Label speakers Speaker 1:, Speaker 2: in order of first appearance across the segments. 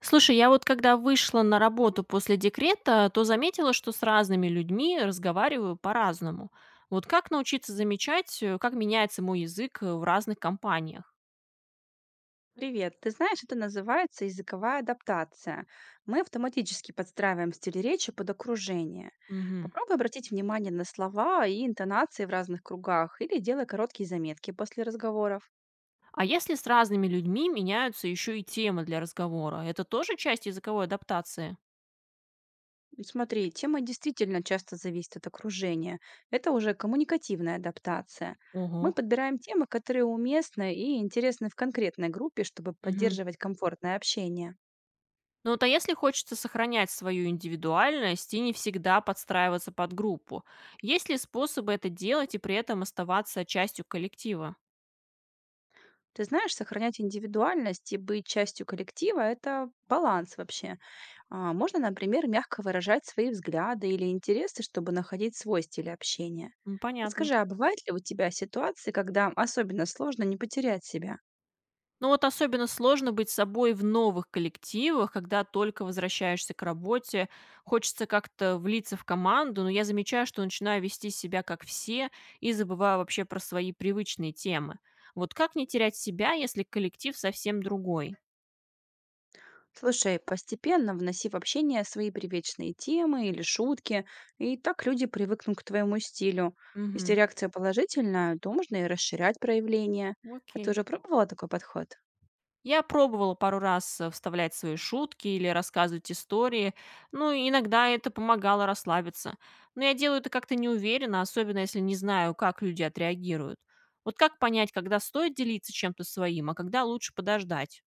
Speaker 1: Слушай, я вот когда вышла на работу после декрета, то заметила, что с разными людьми разговариваю по-разному. Вот как научиться замечать, как меняется мой язык в разных компаниях?
Speaker 2: Привет. Ты знаешь, это называется языковая адаптация. Мы автоматически подстраиваем стиль речи под окружение.
Speaker 1: Мгм.
Speaker 2: Попробуй обратить внимание на слова и интонации в разных кругах или делай короткие заметки после разговоров.
Speaker 1: А если с разными людьми меняются еще и темы для разговора, это тоже часть языковой адаптации?
Speaker 2: Ну, смотри, тема действительно часто зависит от окружения. Это уже коммуникативная адаптация. Мы
Speaker 1: Ого.
Speaker 2: подбираем темы, которые уместны и интересны в конкретной группе, чтобы
Speaker 1: Мгм.
Speaker 2: поддерживать комфортное общение.
Speaker 1: Ну вот, а если хочется сохранять свою индивидуальность и не всегда подстраиваться под группу, есть ли способы это делать и при этом оставаться частью коллектива?
Speaker 2: Ты знаешь, сохранять индивидуальность и быть частью коллектива – это баланс вообще. А, можно, например, мягко выражать свои взгляды или интересы, чтобы находить свой стиль общения.
Speaker 1: М, понятно.
Speaker 2: Подскажи, а бывают ли у тебя ситуации, когда особенно сложно не потерять себя?
Speaker 1: Ну вот особенно сложно быть собой в новых коллективах, когда только возвращаешься к работе. Хочется как-то влиться в команду, но я замечаю, что начинаю вести себя как все и забываю вообще про свои привычные темы. Вот как не терять себя, если коллектив совсем другой?
Speaker 2: Слушай, постепенно вноси в общение свои привечные темы или шутки, и так люди привыкнут к твоему стилю. Если
Speaker 1: Мгм.
Speaker 2: реакция положительная, то можно и расширять проявление. А ты
Speaker 1: Окей.
Speaker 2: уже пробовала такой подход?
Speaker 1: Я пробовала пару раз вставлять свои шутки или рассказывать истории, ну, и иногда это помогало расслабиться. Но я делаю это как-то неуверенно, особенно если не знаю, как люди отреагируют. Вот как понять, когда стоит делиться чем-то своим, а когда лучше подождать?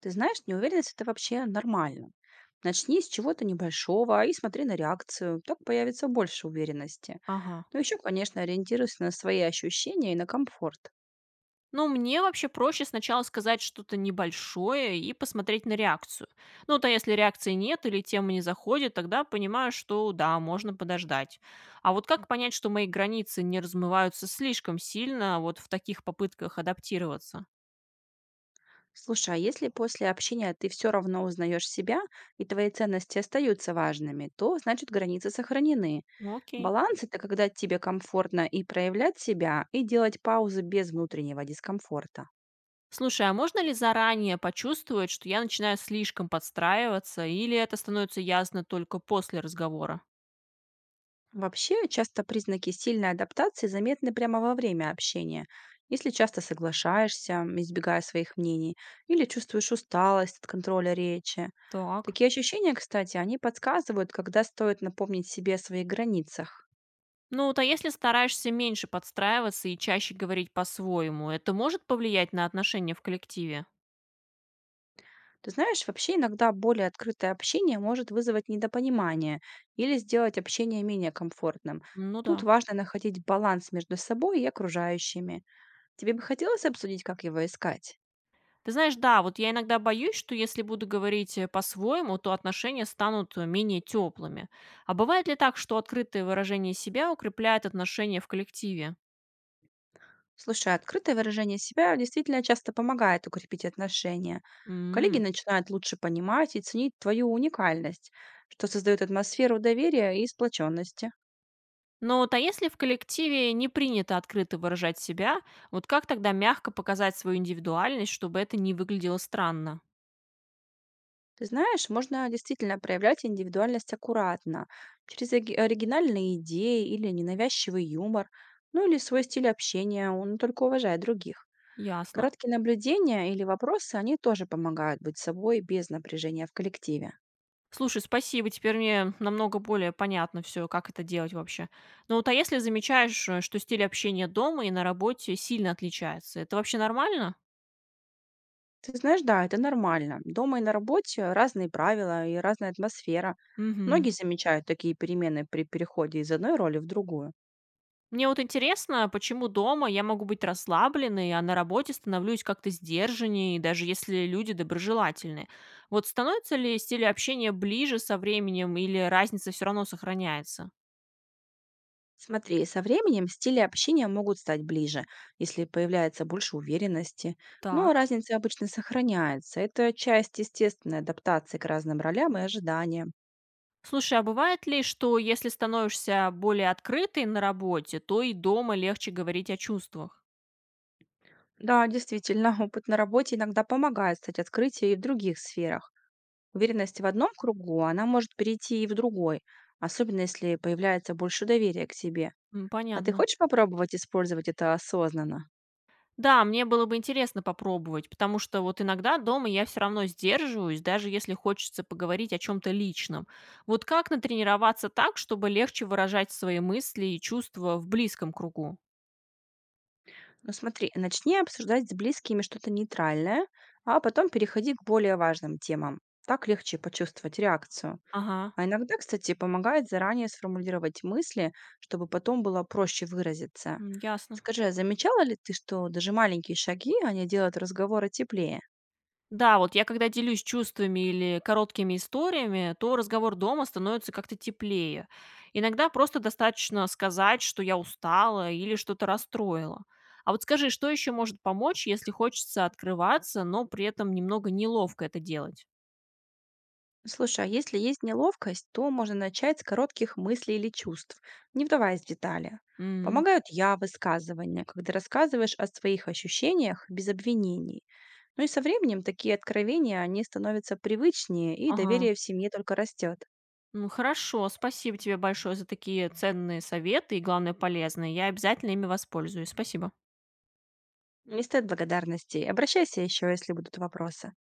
Speaker 2: Ты знаешь, неуверенность – это вообще нормально. Начни с чего-то небольшого и смотри на реакцию. Так появится больше уверенности.
Speaker 1: Ага.
Speaker 2: Но еще, конечно, ориентируйся на свои ощущения и на комфорт.
Speaker 1: Ну, мне вообще проще сначала сказать что-то небольшое и посмотреть на реакцию. Ну, то если реакции нет или тема не заходит, тогда понимаю, что да, можно подождать. А вот как понять, что мои границы не размываются слишком сильно вот в таких попытках адаптироваться?
Speaker 2: Слушай, а если после общения ты все равно узнаешь себя, и твои ценности остаются важными, то значит границы сохранены.
Speaker 1: Ну, окей.
Speaker 2: Баланс – это когда тебе комфортно и проявлять себя, и делать паузы без внутреннего дискомфорта.
Speaker 1: Слушай, а можно ли заранее почувствовать, что я начинаю слишком подстраиваться, или это становится ясно только после разговора?
Speaker 2: Вообще, часто признаки сильной адаптации заметны прямо во время общения. Если часто соглашаешься, избегая своих мнений, или чувствуешь усталость от контроля речи.
Speaker 1: Так.
Speaker 2: Такие ощущения, кстати, они подсказывают, когда стоит напомнить себе о своих границах.
Speaker 1: Ну, то, если стараешься меньше подстраиваться и чаще говорить по-своему, это может повлиять на отношения в коллективе?
Speaker 2: Ты знаешь, вообще иногда более открытое общение может вызвать недопонимание или сделать общение менее комфортным.
Speaker 1: Ну да.
Speaker 2: Тут важно находить баланс между собой и окружающими. Тебе бы хотелось обсудить, как его искать?
Speaker 1: Ты знаешь, да, вот я иногда боюсь, что если буду говорить по-своему, то отношения станут менее теплыми. А бывает ли так, что открытое выражение себя укрепляет отношения в коллективе?
Speaker 2: Слушай, открытое выражение себя действительно часто помогает укрепить отношения. Коллеги
Speaker 1: М.
Speaker 2: начинают лучше понимать и ценить твою уникальность, что создает атмосферу доверия и сплоченности.
Speaker 1: Ну вот, а если в коллективе не принято открыто выражать себя, вот как тогда мягко показать свою индивидуальность, чтобы это не выглядело странно?
Speaker 2: Ты знаешь, можно действительно проявлять индивидуальность аккуратно, через оригинальные идеи или ненавязчивый юмор, ну или свой стиль общения, он только уважает других.
Speaker 1: Ясно.
Speaker 2: Короткие наблюдения или вопросы, они тоже помогают быть собой без напряжения в коллективе.
Speaker 1: Слушай, спасибо. Теперь мне намного более понятно все, как это делать вообще. Ну вот, а если замечаешь, что стиль общения дома и на работе сильно отличается, это вообще нормально?
Speaker 2: Ты знаешь, да, это нормально. Дома и на работе разные правила и разная атмосфера.
Speaker 1: Мгм.
Speaker 2: Многие замечают такие перемены при переходе из одной роли в другую.
Speaker 1: Мне вот интересно, почему дома я могу быть расслабленной, а на работе становлюсь как-то сдержаннее, даже если люди доброжелательные. Вот становится ли стиль общения ближе со временем или разница все равно сохраняется?
Speaker 2: Смотри, со временем стили общения могут стать ближе, если появляется больше уверенности, но
Speaker 1: Так.
Speaker 2: разница обычно сохраняется. Это часть естественной адаптации к разным ролям и ожиданиям.
Speaker 1: Слушай, а бывает ли, что если становишься более открытой на работе, то и дома легче говорить о чувствах?
Speaker 2: Да, действительно, опыт на работе иногда помогает стать открытие и в других сферах. Уверенность в одном кругу, она может перейти и в другой, особенно если появляется больше доверия к себе.
Speaker 1: М,
Speaker 2: А ты
Speaker 1: понятно.
Speaker 2: хочешь попробовать использовать это осознанно?
Speaker 1: Да, мне было бы интересно попробовать, потому что вот иногда дома я все равно сдерживаюсь, даже если хочется поговорить о чем-то личном. Вот как натренироваться так, чтобы легче выражать свои мысли и чувства в близком кругу?
Speaker 2: Ну смотри, начни обсуждать с близкими что-то нейтральное, а потом переходи к более важным темам. Так легче почувствовать реакцию.
Speaker 1: Ага,
Speaker 2: А иногда, кстати, помогает заранее сформулировать мысли, чтобы потом было проще выразиться.
Speaker 1: м, ясно.
Speaker 2: Скажи, а замечала ли ты, что даже маленькие шаги, они делают разговоры теплее?
Speaker 1: Да, вот я когда делюсь чувствами или короткими историями, то разговор дома становится как-то теплее. Иногда просто достаточно сказать, что я устала или что-то расстроила. А вот скажи, что еще может помочь, если хочется открываться, но при этом немного неловко это делать?
Speaker 2: Слушай, а если есть неловкость, то можно начать с коротких мыслей или чувств, не вдаваясь в детали.
Speaker 1: Мгм.
Speaker 2: Помогают я высказывания, когда рассказываешь о своих ощущениях без обвинений. Ну и со временем такие откровения, они становятся привычнее, и
Speaker 1: Ага.
Speaker 2: доверие в семье только растет.
Speaker 1: Ну хорошо, спасибо тебе большое за такие ценные советы и, главное, полезные. Я обязательно ими воспользуюсь. Спасибо.
Speaker 2: Не стоит благодарностей. Обращайся еще, если будут вопросы.